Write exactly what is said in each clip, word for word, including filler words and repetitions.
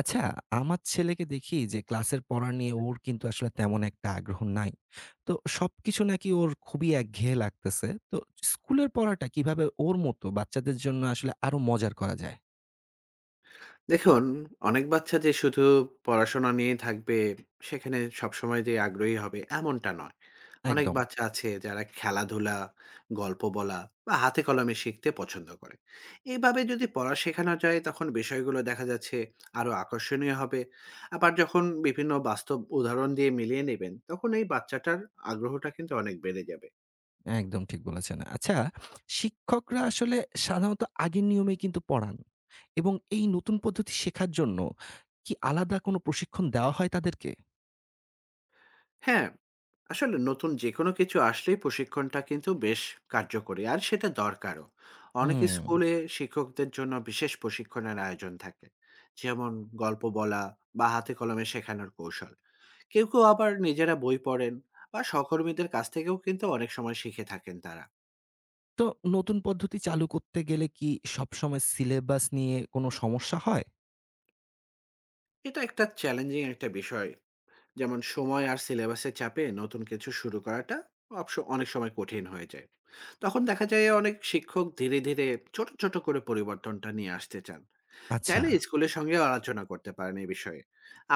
আচ্ছা, আমার ছেলেকে দেখি যে ক্লাসের পড়া নিয়ে ওর কিন্তু আসলে তেমন একটা আগ্রহ নাই। তো সবকিছু নাকি ওর খুবই একঘেয়ে লাগতেছে। তো স্কুলের পড়াটা কিভাবে ওর মতো বাচ্চাদের জন্য আসলে আরো মজার করা যায়? দেখুন, অনেক বাচ্চা যে শুধু পড়াশোনা নিয়েই থাকবে, সেখানে সবসময় যে আগ্রহী হবে এমনটা নয়। অনেক একদম, বাচ্চা আছে যারা খেলাধুলা, গল্প বলা বা হাতে কলমে শিখতে পছন্দ করে। এভাবে যদি পড়া শেখানো যায় তখন বিষয়গুলো দেখা যাচ্ছে আরো আকর্ষণীয় হবে। আবার যখন বিভিন্ন বাস্তব উদাহরণ দিয়ে মিলিয়ে নেবেন, তখন এই বাচ্চাটার আগ্রহটা কিন্তু অনেক বেড়ে যাবে। একদম ঠিক বলেছেন। আচ্ছা, শিক্ষকরা আসলে সাধারণত আগের নিয়মেই কিন্তু পড়ান এবং এই নতুন পদ্ধতি শেখার জন্য কি আলাদা কোনো প্রশিক্ষণ দেওয়া হয় তাদেরকে? হ্যাঁ, আসলে নতুন যেকোনো কিছু আসলেই প্রশিক্ষণটা কিন্তু বেশ কার্যকরী। আর সেটা দরকারও। অনেক হুম। স্কুলে শিক্ষকদের জন্য বিশেষ প্রশিক্ষণের আয়োজন থাকে। যেমন গল্প বলা বা হাতে কলমে শেখানোর কৌশল। কেউ, কেউ আবার নিজেরা বই পড়েন বা সহকর্মীদের কাছ থেকেও কিন্তু অনেক সময় শিখে থাকেন তারা। তো নতুন পদ্ধতি চালু করতে গেলে কি সবসময় সিলেবাস নিয়ে কোনো সমস্যা হয়? এটা একটা চ্যালেঞ্জিং একটা বিষয়। যেমন সময় আর সিলেবাসের চাপে নতুন কিছু শুরু করাটা অবশ্য অনেক সময় কঠিন হয়ে যায়। তখন দেখা যায় অনেক শিক্ষক ধীরে, ধীরে ছোট, ছোট করে পরিবর্তনটা নিয়ে আসতে চান। আচ্ছা। চাইলে স্কুলের সঙ্গেও আলোচনা করতে পারেন এই বিষয়ে।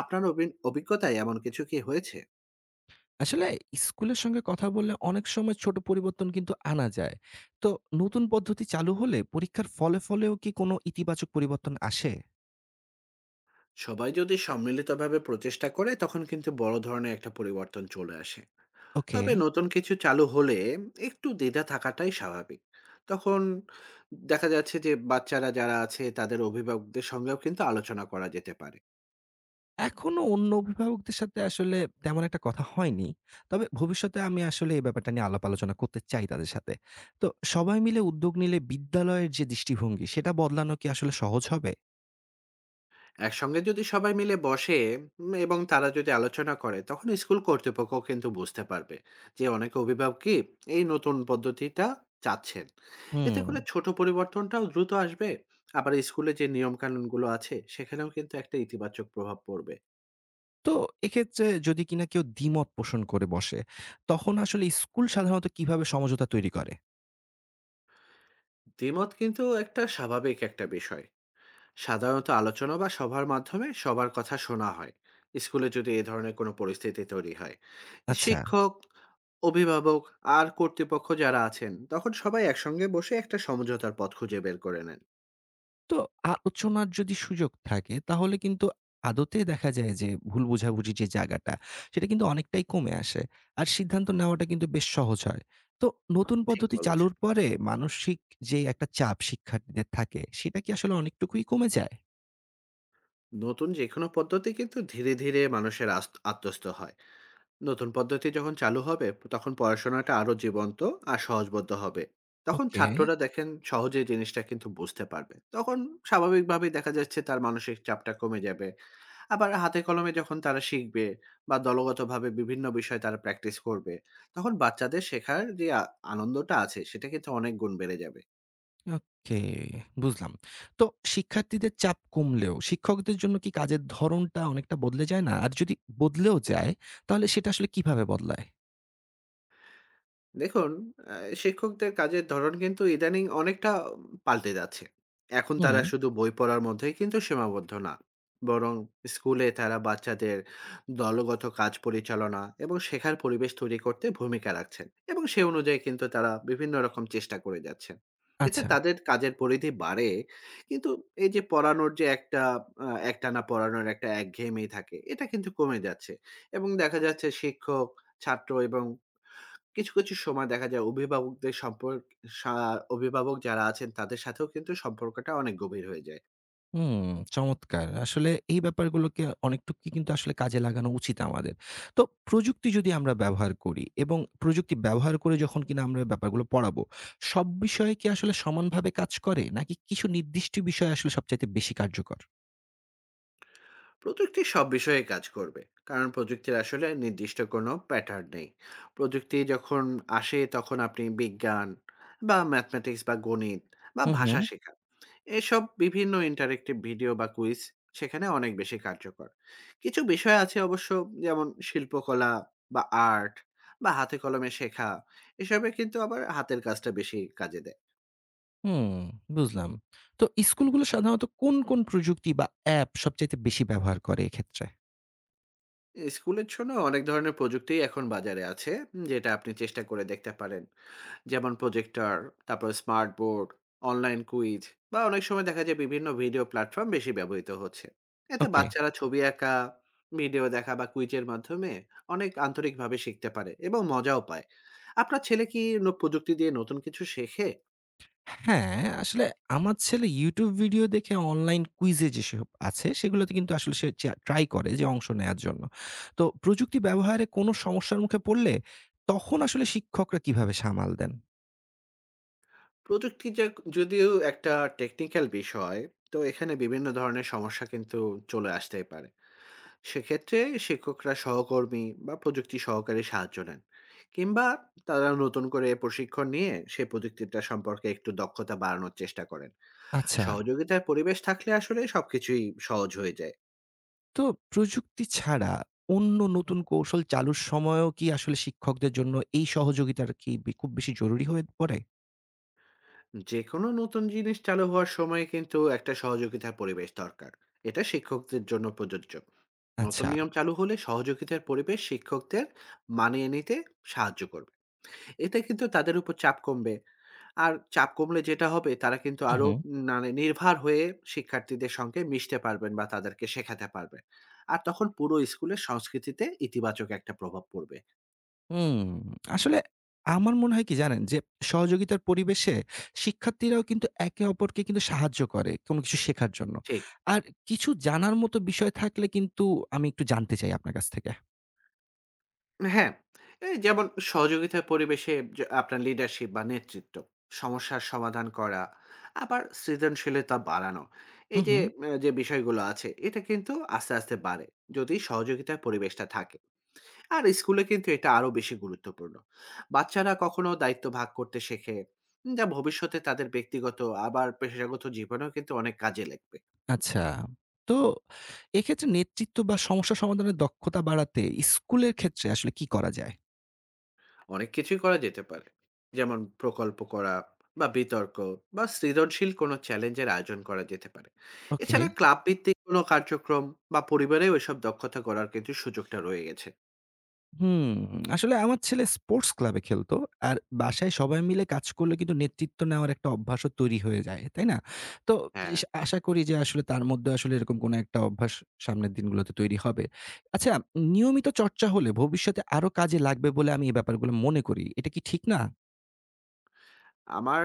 আপনার অভি অভিজ্ঞতায় এমন কিছু কি হয়েছে? আসলে স্কুলের সঙ্গে কথা বললে অনেক সময় ছোট পরিবর্তন কিন্তু আনা যায়। তো নতুন পদ্ধতি চালু হলে পরীক্ষার ফলাফলেও কি কোনো ইতিবাচক পরিবর্তন আসে? সবাই যদি সম্মিলিতভাবে প্রচেষ্টা করে তখন কিন্তু বড় ধরনের একটা পরিবর্তন চলে আসে। ওকে। তবে নতুন কিছু চালু হলে একটু দ্বিধা থাকাটাই স্বাভাবিক। তখন দেখা যাচ্ছে যে বাচ্চারা যারা আছে তাদের অভিভাবকদের সঙ্গেও কিন্তু আলোচনা করা যেতে পারে। এখনো অন্য অভিভাবকদের সাথে আসলে তেমন একটা কথা হয়নি। তবে ভবিষ্যতে আমি আসলে এই ব্যাপারটা নিয়ে আলাপ আলোচনা করতে চাই তাদের সাথে। তো সবাই মিলে উদ্যোগ নিলে বিদ্যালয়ের যে দৃষ্টিভঙ্গি সেটা বদলানো কি আসলে সহজ হবে? একসঙ্গে যদি সবাই মিলে বসে উম, এবং তারা যদি আলোচনা করে তখন স্কুল কর্তৃপক্ষ কিন্তু বুঝতে পারবে যে অনেক অভিভাবকই এই নতুন পদ্ধতিটা চাচ্ছেন। এতে হুম। করে ছোট পরিবর্তনটাও দ্রুত আসবে, আবার স্কুলে যে নিয়ম কানুনগুলো আছে সেখানেও কিন্তু একটা ইতিবাচক প্রভাব পড়বে। তো এক্ষেত্রে যদি কিনা কেউ দ্বিমত পোষণ করে বসে, তখন আসলে স্কুল সাধারণত কিভাবে সমঝোতা তৈরি করে? দ্বিমত কিন্তু একটা স্বাভাবিক একটা বিষয়। সাধারণত আলোচনা বা সভার মাধ্যমে সবার কথা শোনা হয় স্কুলে যদি এ ধরনের কোনো পরিস্থিতি তৈরি হয়। আচ্ছা। শিক্ষক, অভিভাবক আর কর্তৃপক্ষ যারা আছেন তখন সবাই একসঙ্গে বসে একটা সমঝোতার পথ খুঁজে বের করে নেন। তো আলোচনার যদি সুযোগ থাকে তাহলে কিন্তু আদতে দেখা যায় যে ভুল বোঝাবুঝি যে জায়গাটা সেটা কিন্তু অনেকটাই কমে আসে। আর সিদ্ধান্ত নেওয়াটা কিন্তু বেশ সহজ হয়। তো নতুন ঠিক পদ্ধতি চালুর বলেছেন। পরে মানসিক যে একটা চাপ শিক্ষার্থীদের থাকে সেটা কি আসলে অনেকটুকুই কমে যায়? নতুন যে কোনো পদ্ধতি কিন্তু ধীরে ধীরে মানুষের আস- আত্মস্থ হয়। নতুন পদ্ধতি যখন চালু হবে তখন পড়াশোনাটা আরো জীবন্ত আর সহজবদ্ধ হবে। তখন ওকে, ছাত্ররা দেখেন সহজে জিনিসটা কিন্তু বুঝতে পারবে তখন। স্বাভাবিকভাবেই দেখা যাচ্ছে তার মানসিক চাপটা কমে যাবে। আবার হাতে কলমে যখন তারা শিখবে বা দলগতভাবে বিভিন্ন বিষয় তারা প্র্যাকটিস করবে তখন বাচ্চাদের শেখার যে আ- আনন্দটা আছে সেটা কিন্তু অনেক গুণ বেড়ে যাবে। ওকে বুঝলাম। তো শিক্ষার্থীদের চাপ কমলেও শিক্ষকদের জন্য কি কাজের ধরনটা অনেকটা বদলে যায় না? আর যদি বদলেও যায় তাহলে সেটা আসলে কিভাবে বদলায়? দেখুন, আ শিক্ষকদের কাজের ধরন কিন্তু ইদানিং অনেকটা পাল্টে যাচ্ছে। এখন তারা হুম, শুধু বই পড়ার মধ্যেই কিন্তু সীমাবদ্ধ না। বরং স্কুলে তারা বাচ্চাদের দলগত কাজ পরিচালনা এবং শেখার পরিবেশ তৈরি করতে ভূমিকা রাখছেন এবং সে অনুযায়ী কিন্তু তারা বিভিন্ন রকম চেষ্টা করে যাচ্ছেন। এতে আচ্ছা। তাদের কাজের পরিধি বাড়ে। কিন্তু এই যে পড়ানোর যে একটা আ একটানা পড়ানোর একটা একঘেয়েমি থাকে, এটা কিন্তু কমে যাচ্ছে। এবং দেখা যাচ্ছে শিক্ষক, ছাত্র এবং কিছু, কিছু সময় দেখা যায় অভিভাবকদের সম্পর্ক, সা অভিভাবক যারা আছেন তাদের সাথেও কিন্তু সম্পর্কটা অনেক গভীর হয়ে যায়। হুম, চমৎকার! আসলে এই ব্যাপারগুলোকে অনেকটুকুই কিন্তু আসলে কাজে লাগানো উচিত আমাদের। তো প্রযুক্তি যদি আমরা ব্যবহার করি এবং প্রযুক্তি ব্যবহার করে যখন কিনা আমরা ব্যাপারগুলো পড়াবো, সব বিষয়ে কি আসলে সমানভাবে কাজ করে? নাকি কিছু নির্দিষ্ট বিষয় আসলে সবচাইতে বেশি কার্যকর? প্রযুক্তি সব বিষয়ে কাজ করবে। কারণ প্রযুক্তির আসলে নির্দিষ্ট কোনো প্যাটার্ন নেই। প্রযুক্তি যখন আসে তখন আপনি বিজ্ঞান বা ম্যাথমেটিক্স বা গণিত বা হুম, হুম, ভাষা শেখা, এসব বিভিন্ন ইন্টারেক্টিভ ভিডিও বা কুইজ সেখানে অনেক বেশি কার্যকর। কিছু বিষয় আছে অবশ্য যেমন শিল্পকলা বা আর্ট বা হাতে কলমে শেখা, এসবে কিন্তু আবার হাতের কাজটা বেশি কাজে দেয়। হুম, বুঝলাম। তো স্কুলগুলো সাধারণত কোন, কোন প্রযুক্তি বা অ্যাপ সবচাইতে বেশি ব্যবহার করে এক্ষেত্রে? স্কুলের জন্য অনেক ধরনের প্রযুক্তি এখন বাজারে আছে যেটা আপনি চেষ্টা করে দেখতে পারেন। যেমন প্রজেক্টর, তারপর স্মার্ট বোর্ড, অনলাইন কুইজ বা অনেক সময় দেখা যায় বিভিন্ন ভিডিও প্ল্যাটফর্ম বেশি ব্যবহৃত হচ্ছে। এতে ওকে। বাচ্চারা ছবি আঁকা, ভিডিও দেখা বা কুইজের মাধ্যমে অনেক আন্তরিকভাবে শিখতে পারে এবং মজাও পায়। আপনার ছেলে কি ন- প্রযুক্তি দিয়ে নতুন কিছু শেখে? হ্যাঁ, আসলে আমার ছেলে ইউটিউব ভিডিও দেখে অনলাইন কুইজে যেসব আছে, সেগুলোতে কিন্তু আসলে সে চা ট্রাই করে যে অংশ নেয়ার জন্য। তো প্রযুক্তি ব্যবহারে কোনো সমস্যার মুখে পড়লে, তখন আসলে শিক্ষকরা কিভাবে সামাল দেন? প্রযুক্তি যে যদিও একটা টেকনিক্যাল বিষয়, তো এখানে বিভিন্ন ধরনের সমস্যা কিন্তু চলে আসতেই পারে। সেক্ষেত্রে শিক্ষকরা সহকর্মী বা প্রযুক্তি সহকারে সাহায্য নেন। কিংবা তারা নতুন করে প্রশিক্ষণ নিয়ে সেই প্রযুক্তিটা সম্পর্কে একটু দক্ষতা বাড়ানোর চেষ্টা করেন। আচ্ছা, সহযোগিতার পরিবেশ থাকলে আসলে সবকিছুই সহজ হয়ে যায়। তো প্রযুক্তি ছাড়া অন্য নতুন কৌশল চালুর সময়ও কি আসলে শিক্ষকদের জন্য এই সহযোগিতাটা কি বে খুব বেশি জরুরি হয়ে পড়ে? যে কোনো নতুন জিনিস চালু হওয়ার সময় কিন্তু একটা সহযোগিতার পরিবেশ দরকার। এটা শিক্ষকদের জন্য প্রযোজ্য। নতুন আচ্ছা। নিয়ম চালু হলে সহযোগিতার পরিবেশ শিক্ষকদের মানিয়ে নিতে সাহায্য করবে। এতে কিন্তু তাদের উপর চাপ কমবে। আর চাপ কমলে যেটা হবে তারা কিন্তু হুম, আরো হুম। মানে নির্ভর হয়ে শিক্ষার্থীদের সঙ্গে মিশতে পারবেন বা তাদেরকে শেখাতে পারবেন। আর তখন পুরো স্কুলের সংস্কৃতিতে ইতিবাচক একটা প্রভাব পড়বে। হুম, আসলে আমার মনে হয় কি জানেন? যে সহযোগিতার পরিবেশে শিক্ষার্থীরাও কিন্তু একে অপরকে কিন্তু সাহায্য করে কোনো কিছু শেখার জন্য। ঠিক। আর কিছু জানার মতো বিষয় থাকলে কিন্তু আমি একটু জানতে চাই আপনার কাছ থেকে। হ্যাঁ, এই যেমন সহযোগিতার পরিবেশে যে আপনার লিডারশিপ বা নেতৃত্ব, সমস্যার সমাধান করা, আবার সৃজনশীলতা বাড়ানো। হুম, এই যে, হুম। আহ, যে বিষয়গুলো আছে এটা কিন্তু আস্তে, আস্তে বাড়ে যদি সহযোগিতার পরিবেশটা থাকে। আর স্কুলে কিন্তু এটা আরো বেশি গুরুত্বপূর্ণ। বাচ্চারা কখনো দায়িত্ব ভাগ করতে শেখে যা ভবিষ্যতে তাদের ব্যক্তিগত আবার পেশাগত জীবনেও কিন্তু অনেক কাজে লাগবে। আচ্ছা। তো এক্ষেত্রে নেতৃত্ব বা সমস্যা সমাধানের দক্ষতা বাড়াতে স্কুলের ক্ষেত্রে আসলে কি করা যায়? অনেক কিছুই করা যেতে পারে। যেমন প্রকল্প করা বা বিতর্ক বা সৃজনশীল কোনো চ্যালেঞ্জের আয়োজন করা যেতে পারে। ওকে। এছাড়া ক্লাব ভিত্তিক কোনো কার্যক্রম বা পরিবারেও এসব দক্ষতা করার কিন্তু সুযোগটা রয়ে গেছে। হুম, আসলে আমার ছেলে স্পোর্টস ক্লাবে খেলতো। আর বাসায় সবাই মিলে কাজ করলে কিন্তু নেতৃত্ব নেওয়ার একটা অভ্যাসও তৈরি হয়ে যায়। তাই না? তো হ্যাঁ, ইস আশা করি যে আসলে তার মধ্যে আসলে এরকম কোনো একটা অভ্যাস সামনের দিনগুলোতে তৈরি হবে। আচ্ছা, নিয়মিত চর্চা হলে ভবিষ্যতে আরো কাজে লাগবে বলে আমি এই ব্যাপারগুলো মনে করি। এটা কি ঠিক না? আমার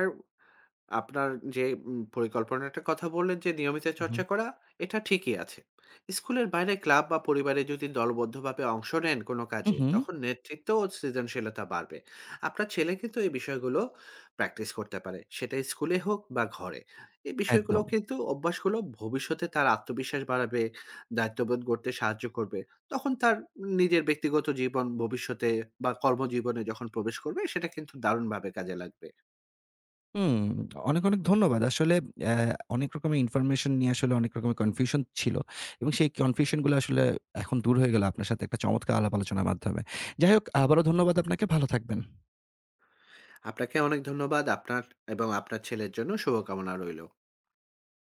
আপনার যে উম পরিকল্পনাটার কথা বললেন যে নিয়মিত উহু, চর্চা করা, এটা ঠিকই আছে। স্কুলের বাইরে ক্লাব বা পরিবারে যদি দলবদ্ধভাবে অংশ নেন কোনো কাজে, উহু, তখন নেতৃত্ব ও সৃজনশীলতা বাড়বে। আপনার ছেলে কিন্তু এই বিষয়গুলো প্র্যাকটিস করতে পারে। সেটা স্কুলে হোক বা ঘরে। এই বিষয়গুলো একদম। কিন্তু অভ্যাসগুলো ভবিষ্যতে তার আত্মবিশ্বাস বাড়াবে, দায়িত্ববোধ গড়তে সাহায্য করবে। তখন তার নিজের ব্যক্তিগত জীবন ভবিষ্যতে বা কর্মজীবনে যখন প্রবেশ করবে, সেটা কিন্তু দারুণভাবে কাজে লাগবে। হুম, অনেক, অনেক ধন্যবাদ। আসলে অ্যা অনেক রকমের ইনফরমেশন নিয়ে আসলে অনেক রকমের কনফিউশন ছিল এবং সেই কনফিউশন গুলো আসলে এখন দূর হয়ে গেল আপনার সাথে একটা চমৎকার আলাপ আলোচনার মাধ্যমে। যাই হোক আবারও ধন্যবাদ আপনাকে। ভালো থাকবেন। আপনাকে অনেক ধন্যবাদ। আপনার এবং আপনার ছেলের জন্য শুভকামনা রইল।